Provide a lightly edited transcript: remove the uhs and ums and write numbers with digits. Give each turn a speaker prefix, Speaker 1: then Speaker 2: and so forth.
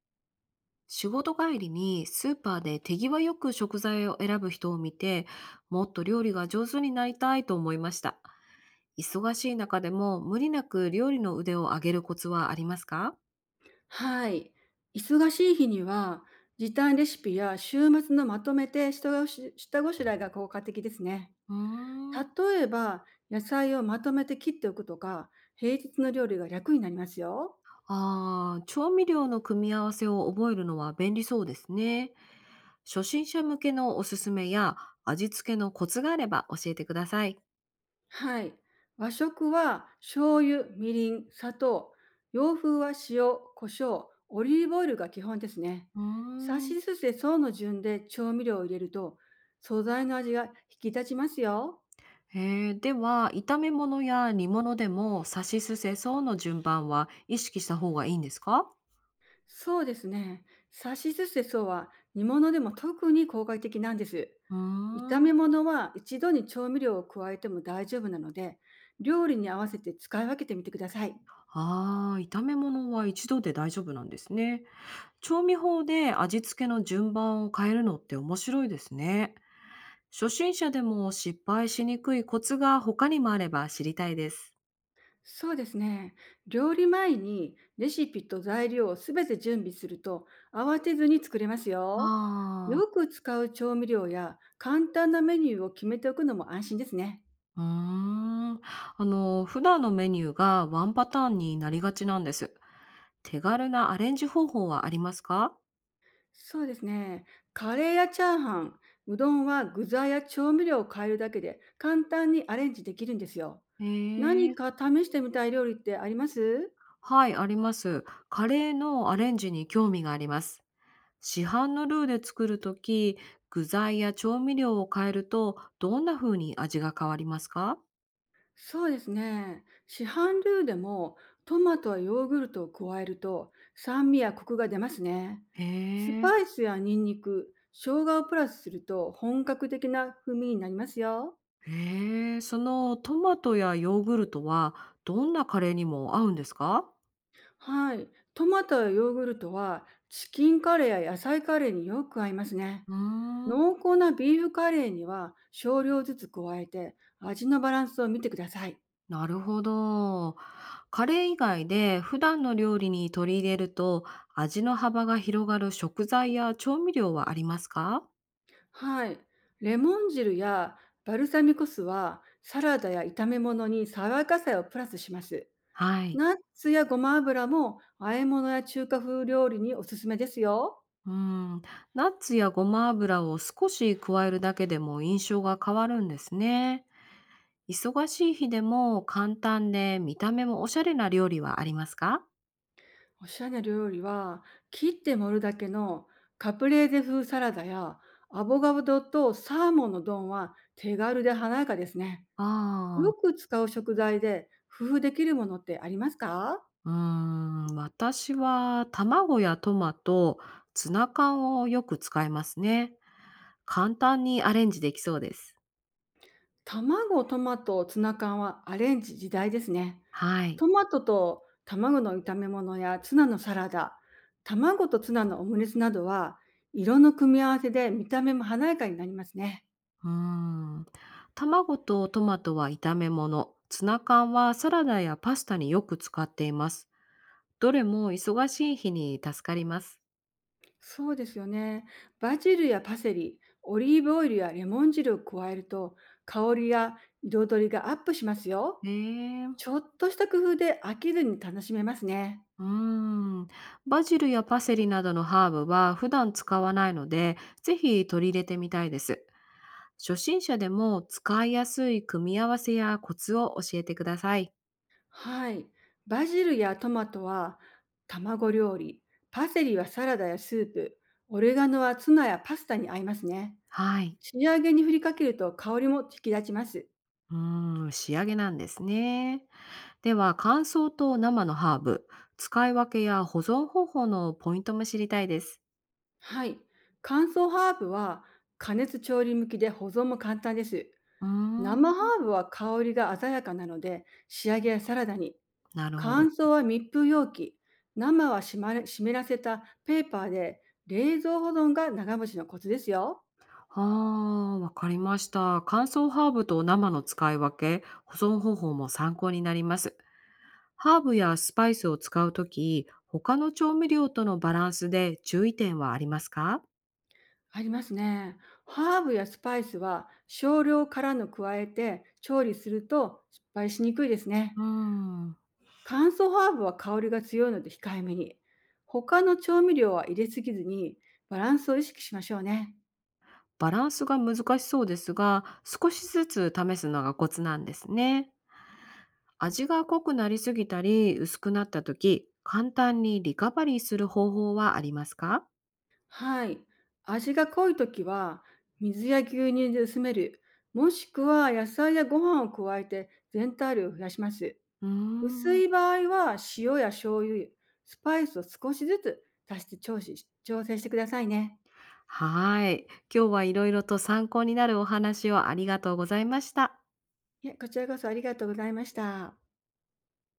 Speaker 1: 仕事帰りにスーパーで手際よく食材を選ぶ人を見て、もっと料理が上手になりたいと思いました。忙しい中でも無理なく料理の腕を上げるコツはありますか？
Speaker 2: はい。忙しい日には、時短レシピや週末のまとめて下ごしらえが効果的ですね。
Speaker 1: うーん。
Speaker 2: 例えば、野菜をまとめて切っておくとか、平日の料理が楽になりますよ。
Speaker 1: あー、調味料の組み合わせを覚えるのは便利そうですね。初心者向けのおすすめや味付けのコツがあれば教えてください。
Speaker 2: はい。和食は醤油、みりん、砂糖。洋風は塩、胡椒、オリーブオイルが基本ですね。
Speaker 1: うー
Speaker 2: さし
Speaker 1: ん。
Speaker 2: すせその順で調味料を入れると、素材の味が引き立ちますよ。
Speaker 1: へえ、では、炒め物や煮物でも、さしすせその順番は意識した方がいいんですか？
Speaker 2: そうですね。さしすせそは煮物でも特に効果的なんです。
Speaker 1: うー
Speaker 2: 炒
Speaker 1: ん。
Speaker 2: め物は一度に調味料を加えても大丈夫なので、料理に合わせて使い分けてみてください。
Speaker 1: ああ、炒め物は一度で大丈夫なんですね。調味法で味付けの順番を変えるのって面白いですね。初心者でも失敗しにくいコツが他にもあれば知りたいです。
Speaker 2: そうですね。料理前にレシピと材料をすべて準備すると慌てずに作れますよ。
Speaker 1: あ
Speaker 2: よ
Speaker 1: あ、
Speaker 2: く使う調味料や簡単なメニューを決めておくのも安心ですね。
Speaker 1: うーん。あの、普段のメニューがワンパターンになりがちなんです。手軽なアレンジ方法はありますか？
Speaker 2: そうですね。カレーやチャーハン、うどんは具材や調味料を変えるだけで簡単にアレンジできるんですよ。
Speaker 1: え
Speaker 2: 何
Speaker 1: え、
Speaker 2: か試してみたい料理ってあります？
Speaker 1: はい、あります。カレーのアレンジに興味があります。市販のルーで作るとき、具材や調味料を変えると、どんな風に味が変わりますか？
Speaker 2: そうですね。市販ルーでもトマトやヨーグルトを加えると酸味やコクが出ますね。
Speaker 1: へ
Speaker 2: ス
Speaker 1: え。
Speaker 2: パイスやニンニク、生姜をプラスすると本格的な風味になりますよ。
Speaker 1: へえ、そのトマトやヨーグルトは、どんなカレーにも合うんですか？
Speaker 2: はい。トマトやヨーグルトはチキンカレーや野菜カレーによく合いますね。
Speaker 1: うーん、
Speaker 2: 濃厚なビーフカレーには少量ずつ加えて味のバランスを見てください。
Speaker 1: なるほど。カレー以外で普段の料理に取り入れると、味の幅が広がる食材や調味料はありますか？
Speaker 2: はい。レモン汁やバルサミコ酢はサラダや炒め物に爽やかさをプラスします。
Speaker 1: はい。
Speaker 2: ナッツやごま油も和え物や中華風料理におすすめですよ。
Speaker 1: うん、ナッツやごま油を少し加えるだけでも印象が変わるんですね。忙しい日でも簡単で見た目もおしゃれな料理はありますか？
Speaker 2: おしゃれな料理は切って盛るだけのカプレーゼ風サラダやアボカドとサーモンの丼は手軽で華やかですね。よ
Speaker 1: ああ。
Speaker 2: く使う食材で工夫できるものってありますか？
Speaker 1: うーん、私は卵やトマト、ツナ缶をよく使いますね。簡単にアレンジできそうです。
Speaker 2: 卵、トマト、ツナ缶はアレンジ自在ですね。
Speaker 1: はい。
Speaker 2: トマトと卵の炒め物やツナのサラダ、卵とツナのオムレツなどは、色の組み合わせで見た目も華やかになりますね。
Speaker 1: うーん。卵とトマトは炒め物、ツナ缶はサラダやパスタによく使っています。どれも忙しい日に助かります。
Speaker 2: そうですよね。バジルやパセリ、オリーブオイルやレモン汁を加えると、香りや彩りがアップしますよ。
Speaker 1: ねえ。
Speaker 2: ちょっとした工夫で飽きずに楽しめますね。
Speaker 1: うん。バジルやパセリなどのハーブは普段使わないので、ぜひ取り入れてみたいです。初心者でも使いやすい組み合わせやコツを教えてください。
Speaker 2: はい。バジルやトマトは卵料理、パセリはサラダやスープ、オレガノはツナやパスタに合いますね。
Speaker 1: はい。
Speaker 2: 仕上げに振りかけると香りも引き立ちます。
Speaker 1: うーん、仕上げなんですね。では、乾燥と生のハーブ、使い分けや保存方法のポイントも知りたいです。
Speaker 2: はい。乾燥ハーブは加熱調理向きで保存も簡単です。
Speaker 1: うーん、
Speaker 2: 生ハーブは香りが鮮やかなので仕上げやサラダに。
Speaker 1: なるほど。
Speaker 2: 乾燥は密封容器。生は湿らせたペーパーで冷蔵保存が長持ちのコツですよ。
Speaker 1: ああ、わかりました。乾燥ハーブと生の使い分け、保存方法も参考になります。ハーブやスパイスを使うとき、他の調味料とのバランスで注意点はありますか？
Speaker 2: ありますね。ハーブやスパイスは少量からの加えて調理すると失敗しにくいですね。
Speaker 1: うーん、
Speaker 2: 乾燥ハーブは香りが強いので控えめに。他の調味料は入れすぎずにバランスを意識しましょうね。
Speaker 1: バランスが難しそうですが、少しずつ試すのがコツなんですね。味が濃くなりすぎたり薄くなったとき、簡単にリカバリーする方法はありますか？
Speaker 2: はい。味が濃い時は水や牛乳で薄める。もしくは野菜やご飯を加えて全体量を増やします。
Speaker 1: うー
Speaker 2: 薄
Speaker 1: ん。
Speaker 2: い場合は塩や醤油、スパイスを少しずつ足して調整してくださいね。
Speaker 1: はい。今日はいろいろと参考になるお話をありがとうございました。
Speaker 2: いえ、こちらこそありがとうございました。